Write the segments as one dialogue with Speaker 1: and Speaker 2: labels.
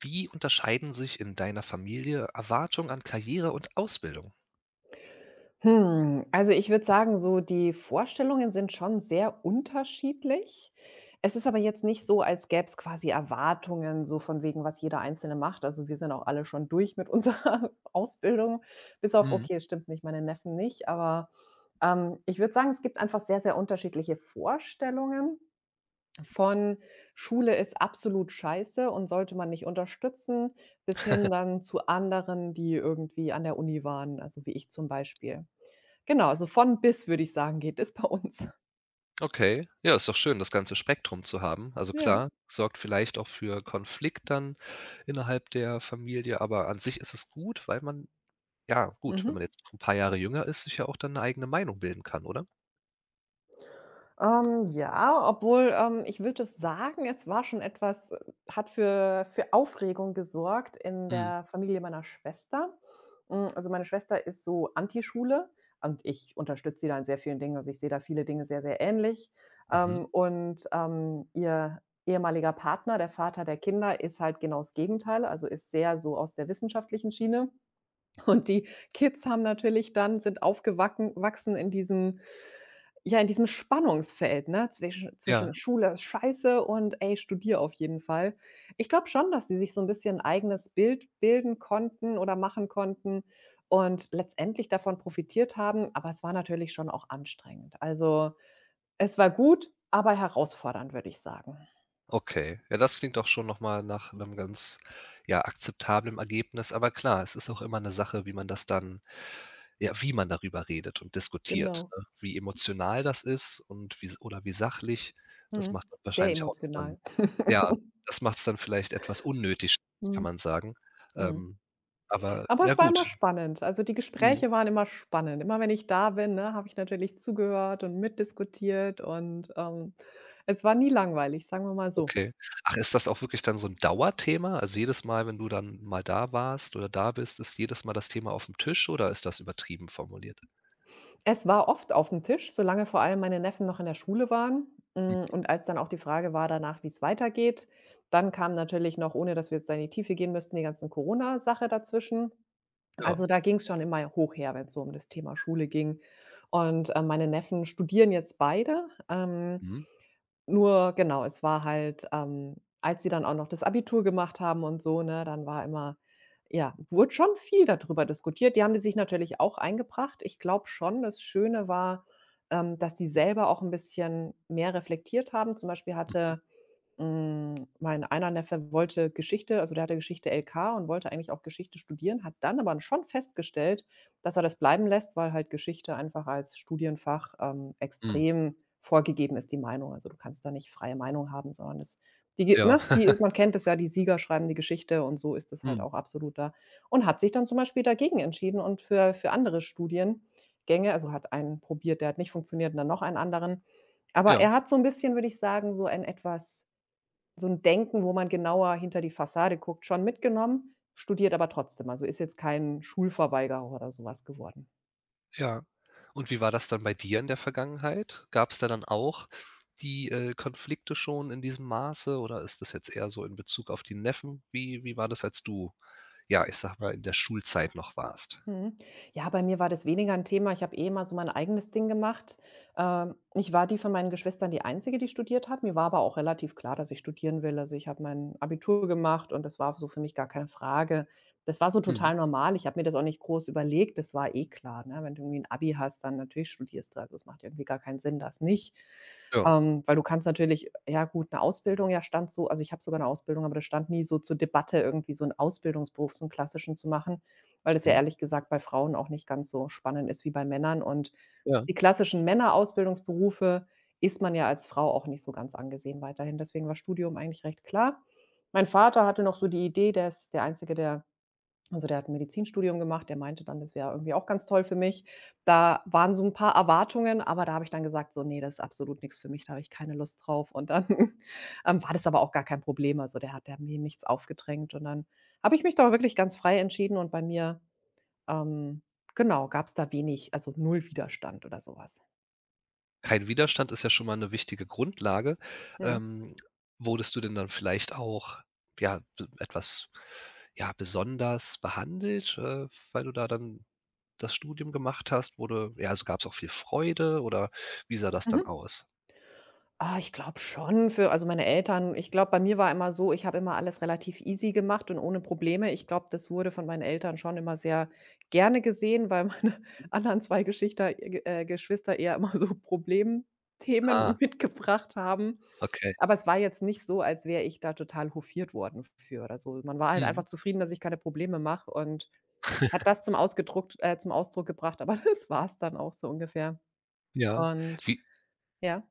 Speaker 1: Wie unterscheiden sich in deiner Familie Erwartungen an Karriere und Ausbildung?
Speaker 2: Also ich würde sagen, so die Vorstellungen sind schon sehr unterschiedlich. Es ist aber jetzt nicht so, als gäbe es quasi Erwartungen, so von wegen, was jeder Einzelne macht. Also wir sind auch alle schon durch mit unserer Ausbildung, bis auf,
Speaker 1: Mhm.
Speaker 2: okay, stimmt nicht, meine Neffen nicht, aber ich würde sagen, es gibt einfach sehr, sehr unterschiedliche Vorstellungen. Von Schule ist absolut scheiße und sollte man nicht unterstützen, bis hin dann zu anderen, die irgendwie an der Uni waren, also wie ich zum Beispiel. Genau, also von bis, würde ich sagen, geht es bei uns.
Speaker 1: Okay, ja, ist doch schön, das ganze Spektrum zu haben. Also
Speaker 2: Ja,
Speaker 1: klar, sorgt vielleicht auch für Konflikt dann innerhalb der Familie, aber an sich ist es gut, weil man ja, gut, wenn
Speaker 2: mhm.
Speaker 1: man jetzt ein paar Jahre jünger ist, sich ja auch dann eine eigene Meinung bilden kann, oder?
Speaker 2: Ja, obwohl, ich würde sagen, es war schon etwas hat für Aufregung gesorgt in
Speaker 1: Mhm.
Speaker 2: der Familie meiner Schwester. Also, meine Schwester ist so Anti-Schule und ich unterstütze sie da in sehr vielen Dingen. Also, ich sehe da viele Dinge sehr, sehr ähnlich.
Speaker 1: Mhm.
Speaker 2: Und ihr ehemaliger Partner, der Vater der Kinder, ist halt genau das Gegenteil, also ist sehr so aus der wissenschaftlichen Schiene. Und die Kids haben natürlich dann sind aufgewachsen wachsen in diesem ja, in diesem Spannungsfeld, ne, zwischen
Speaker 1: Ja,
Speaker 2: Schule ist scheiße und: „Ey, studier auf jeden Fall." Ich glaube schon, dass sie sich so ein bisschen 'n eigenes Bild bilden konnten oder machen konnten und letztendlich davon profitiert haben, aber es war natürlich schon auch anstrengend. Also, es war gut, aber herausfordernd, würde ich sagen.
Speaker 1: okay. Ja, das klingt doch schon noch mal nach einem ganz, ja, akzeptablem Ergebnis. Aber klar, es ist auch immer eine Sache, wie man das dann. Ja, wie man darüber redet und diskutiert,
Speaker 2: Genau.
Speaker 1: ne? Wie emotional das ist und wie s oder wie sachlich, das
Speaker 2: Mhm.
Speaker 1: macht dann
Speaker 2: Sehr
Speaker 1: wahrscheinlich auch noch mal 'n,
Speaker 2: emotional.
Speaker 1: ja, das macht's dann vielleicht etwas unnötig, kann
Speaker 2: Mhm.
Speaker 1: man sagen.
Speaker 2: Mhm.
Speaker 1: Ähm, aber
Speaker 2: Aber
Speaker 1: ja
Speaker 2: es war immer
Speaker 1: gut.
Speaker 2: spannend. Also, die
Speaker 1: Mhm.
Speaker 2: Gespräche waren immer spannend. Immer wenn ich da bin, ne, habe ich natürlich zugehört und mitdiskutiert und es war nie langweilig, sagen wir mal so.
Speaker 1: Okay. Ach, ist das auch wirklich dann so 'n Dauerthema? Also, jedes Mal, wenn du dann mal da warst oder da bist, ist jedes Mal das Thema aufm Tisch oder ist das übertrieben formuliert?
Speaker 2: Es war oft auf dem Tisch, solange vor allem meine Neffen noch in der Schule waren. Hm,
Speaker 1: Hm,
Speaker 2: und als dann auch die Frage war danach, wie es weitergeht, dann kam natürlich noch, ohne dass wir jetzt da in die Tiefe gehen müssten, die ganzen Corona-Sache dazwischen. Also,
Speaker 1: ja.
Speaker 2: da ging es schon immer hoch her, wenn es so um das Thema Schule ging. Und, meine Neffen studieren jetzt beide. ähm,
Speaker 1: Mhm,
Speaker 2: Nur genau, es war halt, als sie dann auch noch das Abitur gemacht haben und so, ne, dann war immer ja, wurde schon viel da diskutiert. Die haben die sich natürlich auch eingebracht. Ich glaube schon, das Schöne war, dass die selber auch 'n bisschen mehr reflektiert haben. Zum Beispiel
Speaker 1: mhm,
Speaker 2: hm, mein einer Neffe wollte Geschichte, also, der hatte Geschichte LK und wollte eigentlich auch Geschichte studieren, hat dann aber schon festgestellt, dass er das bleiben lässt, weil halt Geschichte einfach als Studienfach,
Speaker 1: mhm.
Speaker 2: extrem vorgegeben ist, die Meinung. Also, du kannst da nicht freie Meinung haben, sondern das die ge
Speaker 1: Ja.
Speaker 2: ne, die man kennt es ja, die Sieger schreiben die Geschichte und so ist es halt
Speaker 1: Mhm,
Speaker 2: auch absolut da und hat sich dann zum Beispiel dagegen entschieden und für andere Studiengänge, also, hat einen probiert, der hat nicht funktioniert und dann noch einen anderen. Aber er
Speaker 1: ja.
Speaker 2: hat so ein bisschen, würde ich sagen, so ein etwas, so 'n Denken, wo man genauer hinter die Fassade guckt, schon mitgenommen, studiert aber trotzdem. Also, ist jetzt kein Schulverweigerer oder so was geworden.
Speaker 1: Ja. Und wie war das dann bei dir in der Vergangenheit? Gab's da dann auch die, Konflikte schon in diesem Maße oder ist das jetzt eher so in Bezug auf die Neffen? Wie war das, als du, ja, ich sage mal, in der Schulzeit noch warst?
Speaker 2: Mhm. Ja, bei mir war das weniger ein Thema. Ich habe eh immer so mein eigenes Ding gemacht. Ich war die von meinen Geschwistern die Einzige, die studiert hat. Mir war aber auch relativ klar, dass ich studieren will. Also, ich habe mein Abitur gemacht und das war so für mich gar keine Frage. Das war so
Speaker 1: Mhm.
Speaker 2: total normal. Ich habe mir das auch nicht groß überlegt. Das war eh klar, ne? Wenn du irgendwie ein Abi hast, dann natürlich studierst du. Also, es macht ja irgendwie gar keinen Sinn, das nicht.
Speaker 1: Ja.
Speaker 2: Weil du kannst natürlich, ja, gut, eine Ausbildung, ja, stand so, also, ich habe sogar eine Ausbildung, aber das stand nie so zur Debatte, irgendwie so einen Ausbildungsberuf, so einen klassischen zu machen. Weil das ja
Speaker 1: Mhm.
Speaker 2: ehrlich gesagt bei Frauen auch nicht ganz so spannend ist wie bei Männern und
Speaker 1: Ja.
Speaker 2: die klassischen Männerausbildungsberufe ist man ja als Frau auch nicht so ganz angesehen weiterhin. Deswegen war Studium eigentlich recht klar. Mein Vater hatte noch so die Idee, der ist der Einzige, der hat 'n Medizinstudium gemacht, der meinte dann, das wäre irgendwie auch ganz toll für mich. Da waren so ein paar Erwartungen, aber da habe ich dann gesagt: „So, nee, das ist absolut nichts für mich, da habe ich keine Lust drauf." Und dann, war das aber auch gar kein Problem. Also, der hat mir nichts aufgedrängt und dann habe ich mich da wirklich ganz frei entschieden und bei mir ähm, genau, gab es da wenig, also null Widerstand oder sowas.
Speaker 1: Kein Widerstand ist ja schon mal 'ne wichtige Grundlage.
Speaker 2: Mhm.
Speaker 1: Ähm, Wurdest du denn dann vielleicht auch, ja, b etwas, ja, besonders behandelt, weil du da dann das Studium gemacht hast? Wurde ja, also, gab's auch viel Freude oder wie sah das dann
Speaker 2: Mhm.
Speaker 1: aus?
Speaker 2: Ah, ich glaube schon, für, also, meine Eltern, ich glaube, bei mir war immer so, ich habe immer alles relativ easy gemacht und ohne Probleme. Ich glaube, das wurde von meinen Eltern schon immer sehr gerne gesehen, weil meine anderen 2 Geschichter Geschwister eher immer so Problemthemen
Speaker 1: Ah,
Speaker 2: mitgebracht haben.
Speaker 1: okay.
Speaker 2: Aber es war jetzt nicht so, als wäre ich da total hofiert worden für oder so. Man war halt
Speaker 1: Mhm.
Speaker 2: einfach zufrieden, dass ich keine Probleme mache und hat das zum ausgedruckt zum Ausdruck gebracht, aber das war's dann auch so ungefähr.
Speaker 1: Ja.
Speaker 2: Und
Speaker 1: Wie
Speaker 2: ja.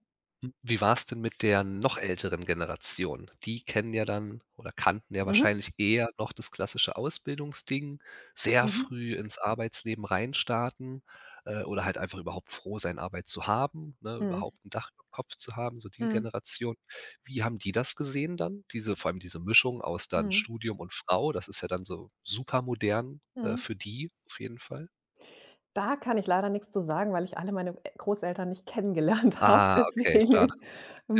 Speaker 1: Hm, wie war es denn mit der noch älteren Generation? Die kennen ja dann oder kannten ja
Speaker 2: Mhm.
Speaker 1: wahrscheinlich eher noch das klassische Ausbildungsding, sehr
Speaker 2: Mhm.
Speaker 1: früh ins Arbeitsleben reinstarten, oder halt einfach überhaupt froh sein, Arbeit zu haben, ne,
Speaker 2: Mhm.
Speaker 1: überhaupt ein Dach überm Kopf zu haben, so die
Speaker 2: Mhm.
Speaker 1: Generation. Wie haben die das gesehen dann? Diese vor allem diese Mischung aus dann
Speaker 2: Mhm.
Speaker 1: Studium und Frau, das ist ja dann so supermodern,
Speaker 2: Mhm.
Speaker 1: für die auf jeden Fall.
Speaker 2: Da kann ich leider nichts zu sagen, weil ich alle meine E Großeltern nicht kennengelernt habe.
Speaker 1: Ah, okay, schade.
Speaker 2: Deswegen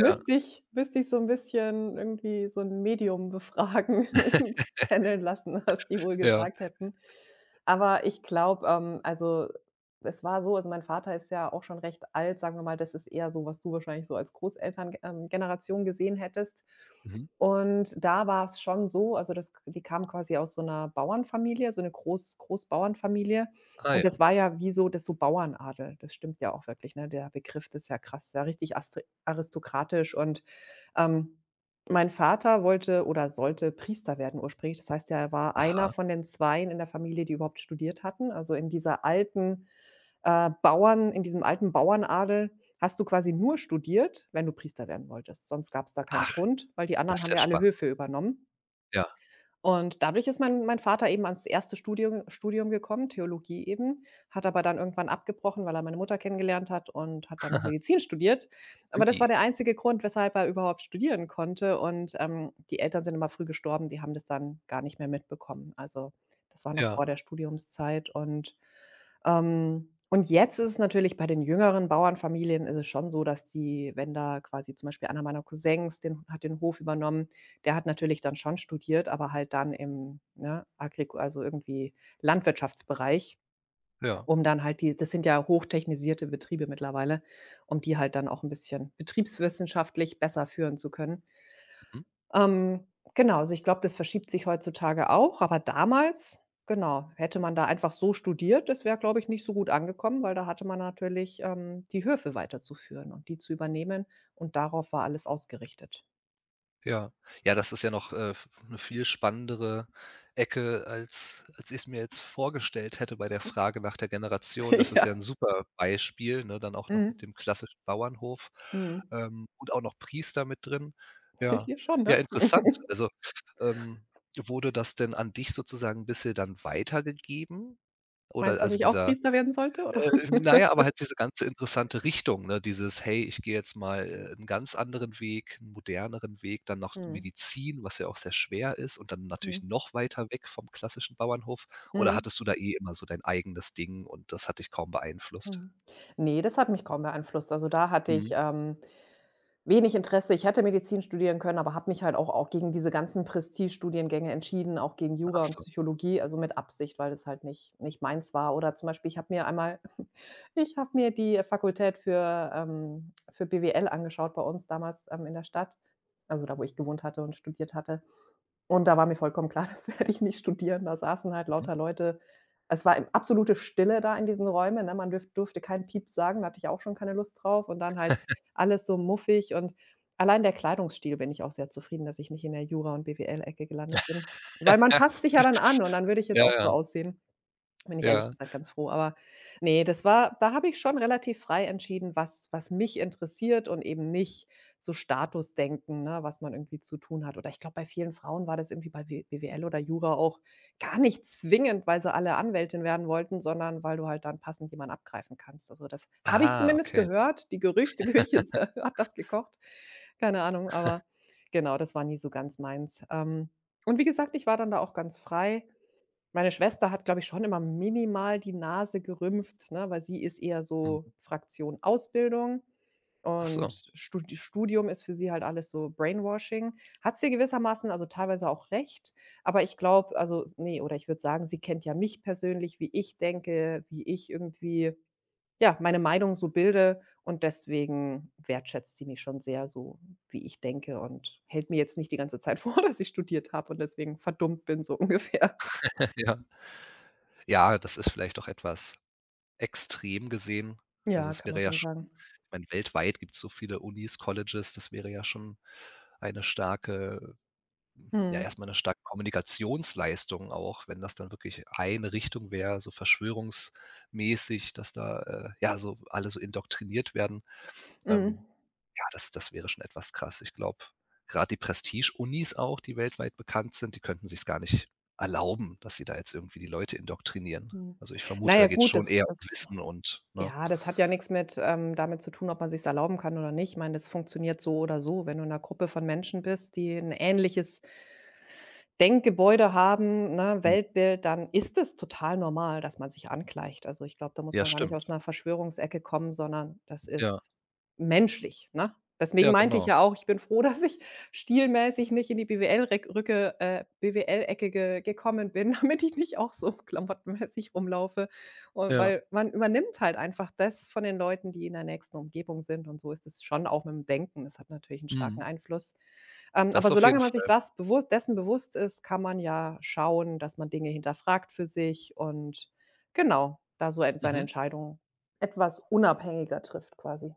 Speaker 1: Ja,
Speaker 2: ich müsste ich so ein bisschen irgendwie so ein Medium befragen, channeln lassen, was die wohl
Speaker 1: ja.
Speaker 2: gesagt hätten. Aber ich glaube, also, es war so, also, mein Vater ist ja auch schon recht alt, sagen wir mal, das ist eher so, was du wahrscheinlich so als Großelterngeneration gesehen hättest.
Speaker 1: Mhm.
Speaker 2: Und da war es schon so, also, das die kamen quasi aus so einer Bauernfamilie, so eine Großbauernfamilie.
Speaker 1: Ah
Speaker 2: Und
Speaker 1: ja.
Speaker 2: das war ja wie so das so Bauernadel. Das stimmt ja auch wirklich, ne? Der Begriff, das ist ja krass, ist ja richtig astri aristokratisch und, ähm, mein Vater wollte oder sollte Priester werden ursprünglich. Das heißt, er war einer
Speaker 1: Aha.
Speaker 2: von den 2 in der Familie, die überhaupt studiert hatten. Also, in diesem alten Bauernadel hast du quasi nur studiert, wenn du Priester werden wolltest. Sonst gab es da keinen
Speaker 1: Ach,
Speaker 2: Grund, weil die anderen
Speaker 1: das ist
Speaker 2: haben
Speaker 1: ja
Speaker 2: ja alle
Speaker 1: spannend.
Speaker 2: Höfe übernommen.
Speaker 1: Ja.
Speaker 2: Und dadurch ist mein Vater eben ans erste Studium gekommen, Theologie eben, hat aber dann irgendwann abgebrochen, weil er meine Mutter kennengelernt hat und hat dann noch Medizin studiert. Aber das war
Speaker 1: Ui.
Speaker 2: der einzige Grund, weshalb er überhaupt studieren konnte und, die Eltern sind immer früh gestorben, die haben das dann gar nicht mehr mitbekommen. Also, das war noch
Speaker 1: Ja,
Speaker 2: vor der Studiumszeit und, und jetzt ist es natürlich bei den jüngeren Bauernfamilien ist es schon so, dass die, wenn da quasi zum Beispiel einer meiner Cousins, den hat den Hof übernommen, der hat natürlich dann schon studiert, aber halt dann im, ne, Agriku also irgendwie Landwirtschaftsbereich,
Speaker 1: ja,
Speaker 2: um dann halt die das sind ja hochtechnisierte Betriebe mittlerweile, um die halt dann auch 'n bisschen betriebswissenschaftlich besser führen zu können.
Speaker 1: mhm,
Speaker 2: Ähm, genau, also ich glaube, das verschiebt sich heutzutage auch, aber damals, genau, hätte man da einfach so studiert, das wäre, glaube ich, nicht so gut angekommen, weil da hatte man natürlich, die Höfe weiterzuführen und die zu übernehmen und darauf war alles ausgerichtet.
Speaker 1: ja. Ja, das ist ja noch, v 'ne viel spannendere Ecke, als als ich's mir jetzt vorgestellt hätte bei der Frage nach der Generation. Das ist ja
Speaker 2: Ja.
Speaker 1: ein super Beispiel, ne, dann auch noch
Speaker 2: Mhm.
Speaker 1: mit dem klassischen Bauernhof,
Speaker 2: Mhm.
Speaker 1: und auch noch Priester mit drin. Ja.
Speaker 2: Hier schon, ne?
Speaker 1: Ja, interessant. Also, ähm, wurde das denn an dich sozusagen ein bisschen dann weitergegeben?
Speaker 2: Meinst
Speaker 1: Oder
Speaker 2: du, dass
Speaker 1: also
Speaker 2: ich auch
Speaker 1: dieser.
Speaker 2: Priester werden sollte, oder?
Speaker 1: Na ja, aber halt diese ganze interessante Richtung, ne? Dieses: „Hey, ich gehe jetzt mal, 'n ganz anderen Weg, 'n moderneren Weg“, dann noch
Speaker 2: Mhm,
Speaker 1: Medizin, was ja auch sehr schwer ist und dann
Speaker 2: mhm,
Speaker 1: natürlich noch weiter weg vom klassischen Bauernhof. Oder
Speaker 2: mhm,
Speaker 1: hattest du da eh immer so dein eigenes Ding und das hat dich kaum beeinflusst?
Speaker 2: mhm. Ne, das hat mich kaum beeinflusst. Also, da hatte ich,
Speaker 1: Mhm.
Speaker 2: wenig Interesse. Ich hätte Medizin studieren können, aber habe mich halt auch gegen diese ganzen Prestigestudiengänge entschieden, auch gegen
Speaker 1: Ach
Speaker 2: Jura und
Speaker 1: so.
Speaker 2: Psychologie, also mit Absicht, weil das halt nicht meins war. Oder zum Beispiel, ich habe mir einmal ich habe mir die Fakultät für BWL angeschaut bei uns damals, in der Stadt, also da, wo ich gewohnt hatte und studiert hatte. Und da war mir vollkommen klar, das werde ich nicht studieren. Da saßen halt
Speaker 1: Mhm.
Speaker 2: lauter Leute. Es war absolute Stille da in diesen Räumen, ne? Man dürf durfte keinen Pieps sagen, da hatte ich auch schon keine Lust drauf und dann halt alles so muffig und allein der Kleidungsstil, bin ich auch sehr zufrieden, dass ich nicht in der Jura- und BWL-Ecke gelandet bin. Weil man passt sich ja dann an und dann würde ich jetzt
Speaker 1: Ja,
Speaker 2: auch so
Speaker 1: ja,
Speaker 2: aussehen. Bin ich ehrlich
Speaker 1: ja.
Speaker 2: gesagt ganz froh. Aber nee, das war, da habe ich schon relativ frei entschieden, was mich interessiert und eben nicht so Statusdenken, ne, was man irgendwie zu tun hat. Oder ich glaube, bei vielen Frauen war das irgendwie bei W BWL oder Jura auch gar nicht zwingend, weil sie alle Anwältin werden wollten, sondern weil du halt dann passend jemanden abgreifen kannst. Also, das habe ich
Speaker 1: Ah,
Speaker 2: zumindest
Speaker 1: okay.
Speaker 2: gehört. Die Gerüchteküche hat das gekocht. Keine Ahnung, aber genau, das war nie so ganz meins. Und wie gesagt, ich war dann da auch ganz frei. Meine Schwester hat, glaube ich, schon immer minimal die Nase gerümpft, ne, weil sie ist eher so
Speaker 1: Mhm.
Speaker 2: Fraktion Ausbildung
Speaker 1: Ach so.
Speaker 2: und Studium ist für sie halt alles so Brainwashing. Hat sie gewissermaßen, also, teilweise auch recht, aber ich glaube also, nee, oder ich würde sagen, sie kennt ja mich persönlich, wie ich denke, wie ich irgendwie, ja, meine Meinung so bilde und deswegen wertschätzt sie mich schon sehr so, wie ich denke und hält mir jetzt nicht die ganze Zeit vor, dass ich studiert habe und deswegen verdummt bin, so ungefähr.
Speaker 1: Ja. Ja, das ist vielleicht auch etwas extrem gesehen. Also,
Speaker 2: Ja,
Speaker 1: es
Speaker 2: kann man
Speaker 1: wäre ja
Speaker 2: schon sagen.
Speaker 1: schon ich meine, weltweit gibt's so viele Unis, Colleges, das wäre ja schon eine starke, ja,
Speaker 2: Mhm.
Speaker 1: erstmal eine starke Kommunikationsleistung auch, wenn das dann wirklich eine Richtung wäre, so verschwörungsmäßig, dass da, ja, so alle so indoktriniert werden.
Speaker 2: Mhm.
Speaker 1: Ähm, ja, das wäre schon etwas krass. Ich glaube, gerade die Prestige-Unis auch, die weltweit bekannt sind, die könnten sich's gar nicht erlauben, dass sie da jetzt irgendwie die Leute indoktrinieren.
Speaker 2: Mhm.
Speaker 1: Also, ich
Speaker 2: Na
Speaker 1: vermute, da
Speaker 2: ja,
Speaker 1: geht es
Speaker 2: gut,
Speaker 1: schon
Speaker 2: das
Speaker 1: eher um
Speaker 2: das
Speaker 1: Wissen und ne?
Speaker 2: ja, das hat ja nix mit damit zu tun, ob man sich's erlauben kann oder nicht. Ich meine, das funktioniert so oder so. Wenn du in 'ner Gruppe von Menschen bist, die 'n ähnliches Denkgebäude haben, ne,
Speaker 1: Mhm.
Speaker 2: Weltbild, dann ist es total normal, dass man sich angleicht. Also, ich glaube, da muss
Speaker 1: Ja,
Speaker 2: man gar nicht
Speaker 1: stimmt.
Speaker 2: aus einer Verschwörungsecke kommen, sondern das
Speaker 1: Ja,
Speaker 2: ist menschlich, ne? Deswegen
Speaker 1: ja,
Speaker 2: meinte ich
Speaker 1: genau.
Speaker 2: ja auch, ich bin froh, dass ich stilmäßig nicht in die BWL Rec Rücke BWL-Ecke ge gekommen bin, damit ich nicht auch so klamottenmäßig rumlaufe. Und
Speaker 1: Ja,
Speaker 2: weil man übernimmt halt einfach das von den Leuten, die in der nächsten Umgebung sind und so ist es schon auch mit dem Denken. Das hat natürlich einen starken
Speaker 1: mhm.
Speaker 2: Einfluss. Aber
Speaker 1: Das auf
Speaker 2: solange
Speaker 1: jeden
Speaker 2: man sich
Speaker 1: Fall.
Speaker 2: das bewusst dessen bewusst ist, kann man ja schauen, dass man Dinge hinterfragt für sich und genau, da so ent seine
Speaker 1: Mhm.
Speaker 2: Entscheidungen etwas unabhängiger trifft quasi.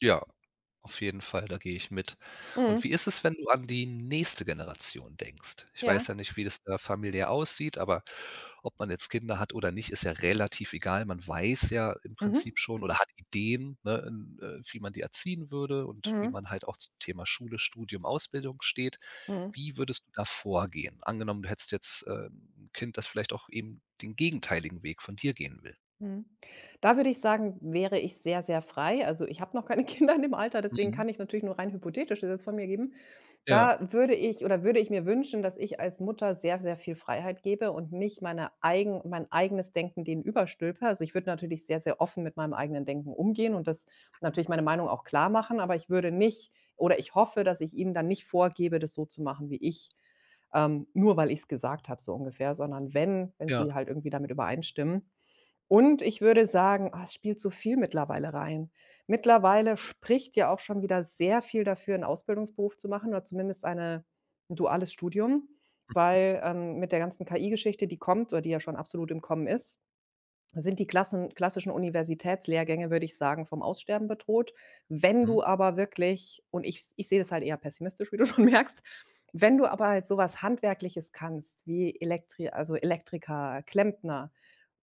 Speaker 1: Ja, auf jeden Fall, da gehe ich mit. Und
Speaker 2: Mhm.
Speaker 1: wie ist es, wenn du an die nächste Generation denkst? Ich
Speaker 2: Ja.
Speaker 1: weiß ja nicht, wie das da familiär aussieht, aber ob man jetzt Kinder hat oder nicht, ist ja relativ egal. Man weiß ja im
Speaker 2: Mhm.
Speaker 1: Prinzip schon oder hat Ideen, ne, in, wie man die erziehen würde und wie
Speaker 2: Mhm.
Speaker 1: man halt auch zum Thema Schule, Studium, Ausbildung steht.
Speaker 2: Mhm.
Speaker 1: Wie würdest du da vorgehen? Angenommen, du hättest jetzt, 'n Kind, das vielleicht auch eben den gegenteiligen Weg von dir gehen will.
Speaker 2: Mhm. Da würde ich sagen, wäre ich sehr, sehr frei. Also, ich habe noch keine Kinder in dem Alter, deswegen
Speaker 1: Mhm.
Speaker 2: kann ich natürlich nur rein hypothetisch das jetzt von mir geben.
Speaker 1: Ja,
Speaker 2: Da würde ich mir wünschen, dass ich als Mutter sehr, sehr viel Freiheit gebe und nicht mein eigenes Denken denen überstülpe. Also, ich würde natürlich sehr, sehr offen mit meinem eigenen Denken umgehen und das natürlich meine Meinung auch klar machen, aber ich würde nicht oder ich hoffe, dass ich ihnen dann nicht vorgebe, das so zu machen wie ich, nur weil ich es gesagt habe so ungefähr, sondern wenn
Speaker 1: ja.
Speaker 2: sie halt irgendwie damit übereinstimmen, und ich würde sagen, ah, es spielt so viel mittlerweile rein. Mittlerweile spricht ja auch schon wieder sehr viel dafür, einen Ausbildungsberuf zu machen oder zumindest eine 'n duales Studium, weil, mit der ganzen KI-Geschichte, die kommt oder die ja schon absolut im Kommen ist sind die Klassen klassischen Universitätslehrgänge, würde ich sagen, vom Aussterben bedroht. Wenn
Speaker 1: Mhm.
Speaker 2: du aber wirklich und Ich sehe das halt eher pessimistisch, wie du schon merkst, wenn du aber halt sowas Handwerkliches kannst wie Elektri also Elektriker, Klempner,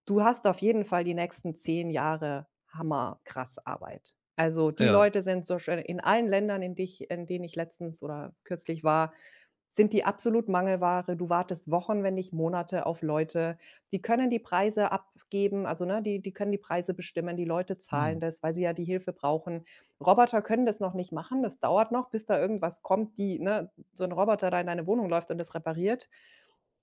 Speaker 2: du hast auf jeden Fall die nächsten 10 Jahre hammerkrass Arbeit. Also, die
Speaker 1: Ja.
Speaker 2: Leute sind so schön in allen Ländern, in denen ich letztens oder kürzlich war, sind die absolut Mangelware. Du wartest Wochen, wenn nicht Monate auf Leute, die können die Preise abgeben, also, ne, die können die Preise bestimmen. Die Leute zahlen
Speaker 1: Mhm.
Speaker 2: das, weil sie ja die Hilfe brauchen. Roboter können das noch nicht machen. Das dauert noch, bis da irgendwas kommt, die ne, so ein Roboter da in deine Wohnung läuft und das repariert.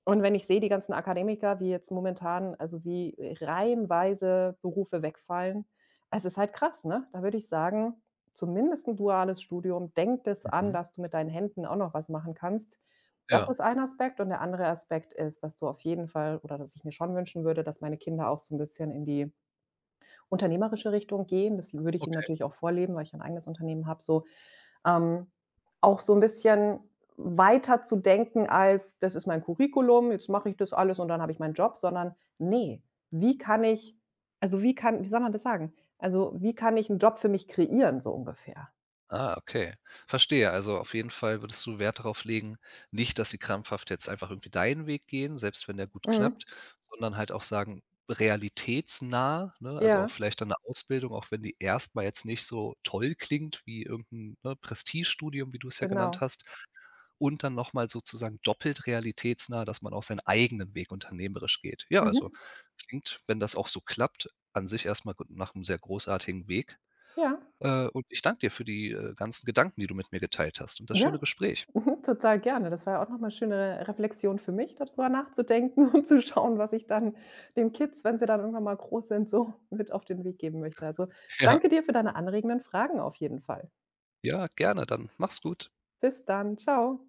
Speaker 2: Und wenn ich sehe, die ganzen Akademiker, wie jetzt momentan also, wie reihenweise Berufe wegfallen, es ist halt krass, ne? Da würde ich sagen, zumindest ein duales Studium. Denk das an,
Speaker 1: Mhm.
Speaker 2: dass du mit deinen Händen auch noch was machen kannst. Das
Speaker 1: Ja.
Speaker 2: ist ein Aspekt und der andere Aspekt ist, dass du auf jeden Fall oder dass ich mir schon wünschen würde, dass meine Kinder auch so 'n bisschen in die unternehmerische Richtung gehen. Das würde ich ihnen
Speaker 1: Okay.
Speaker 2: natürlich auch vorleben, weil ich ein eigenes Unternehmen habe, so, ähm, auch so 'n bisschen weiter zu denken als: „Das ist mein Curriculum, jetzt mache ich das alles und dann habe ich meinen Job“, sondern: „Ne, wie kann ich also, wie soll man das sagen? Also, wie kann ich 'n Job für mich kreieren“, so ungefähr.
Speaker 1: Ah, okay. Verstehe. Also, auf jeden Fall würdest du Wert darauf legen, nicht, dass sie krampfhaft jetzt einfach irgendwie deinen Weg gehen, selbst wenn der gut
Speaker 2: Mhm.
Speaker 1: klappt, sondern halt auch sagen, realitätsnah, ne, also, auch
Speaker 2: Ja,
Speaker 1: vielleicht dann eine Ausbildung, auch wenn die erstmal jetzt nicht so toll klingt wie irgendein 'n, ne, Prestigestudium, wie du es ja genannt
Speaker 2: genau.
Speaker 1: hast, und dann noch mal sozusagen doppelt realitätsnah, dass man auch seinen eigenen Weg unternehmerisch geht. Ja, also
Speaker 2: Mhm.
Speaker 1: klingt, wenn das auch so klappt, an sich erstmal mal nach einem sehr großartigen Weg.
Speaker 2: Ja.
Speaker 1: Und ich danke dir für die, ganzen Gedanken, die du mit mir geteilt hast und das
Speaker 2: Ja,
Speaker 1: schöne Gespräch.
Speaker 2: Mhm, total gerne. Das war ja auch noch mal schöne Reflexion für mich, darüber nachzudenken und zu schauen, was ich dann den Kids, wenn sie dann irgendwann mal groß sind, so mit auf den Weg geben möchte. Also,
Speaker 1: Ja,
Speaker 2: danke dir für deine anregenden Fragen auf jeden Fall.
Speaker 1: ja, gerne, dann mach's gut.
Speaker 2: Bis dann. Ciao.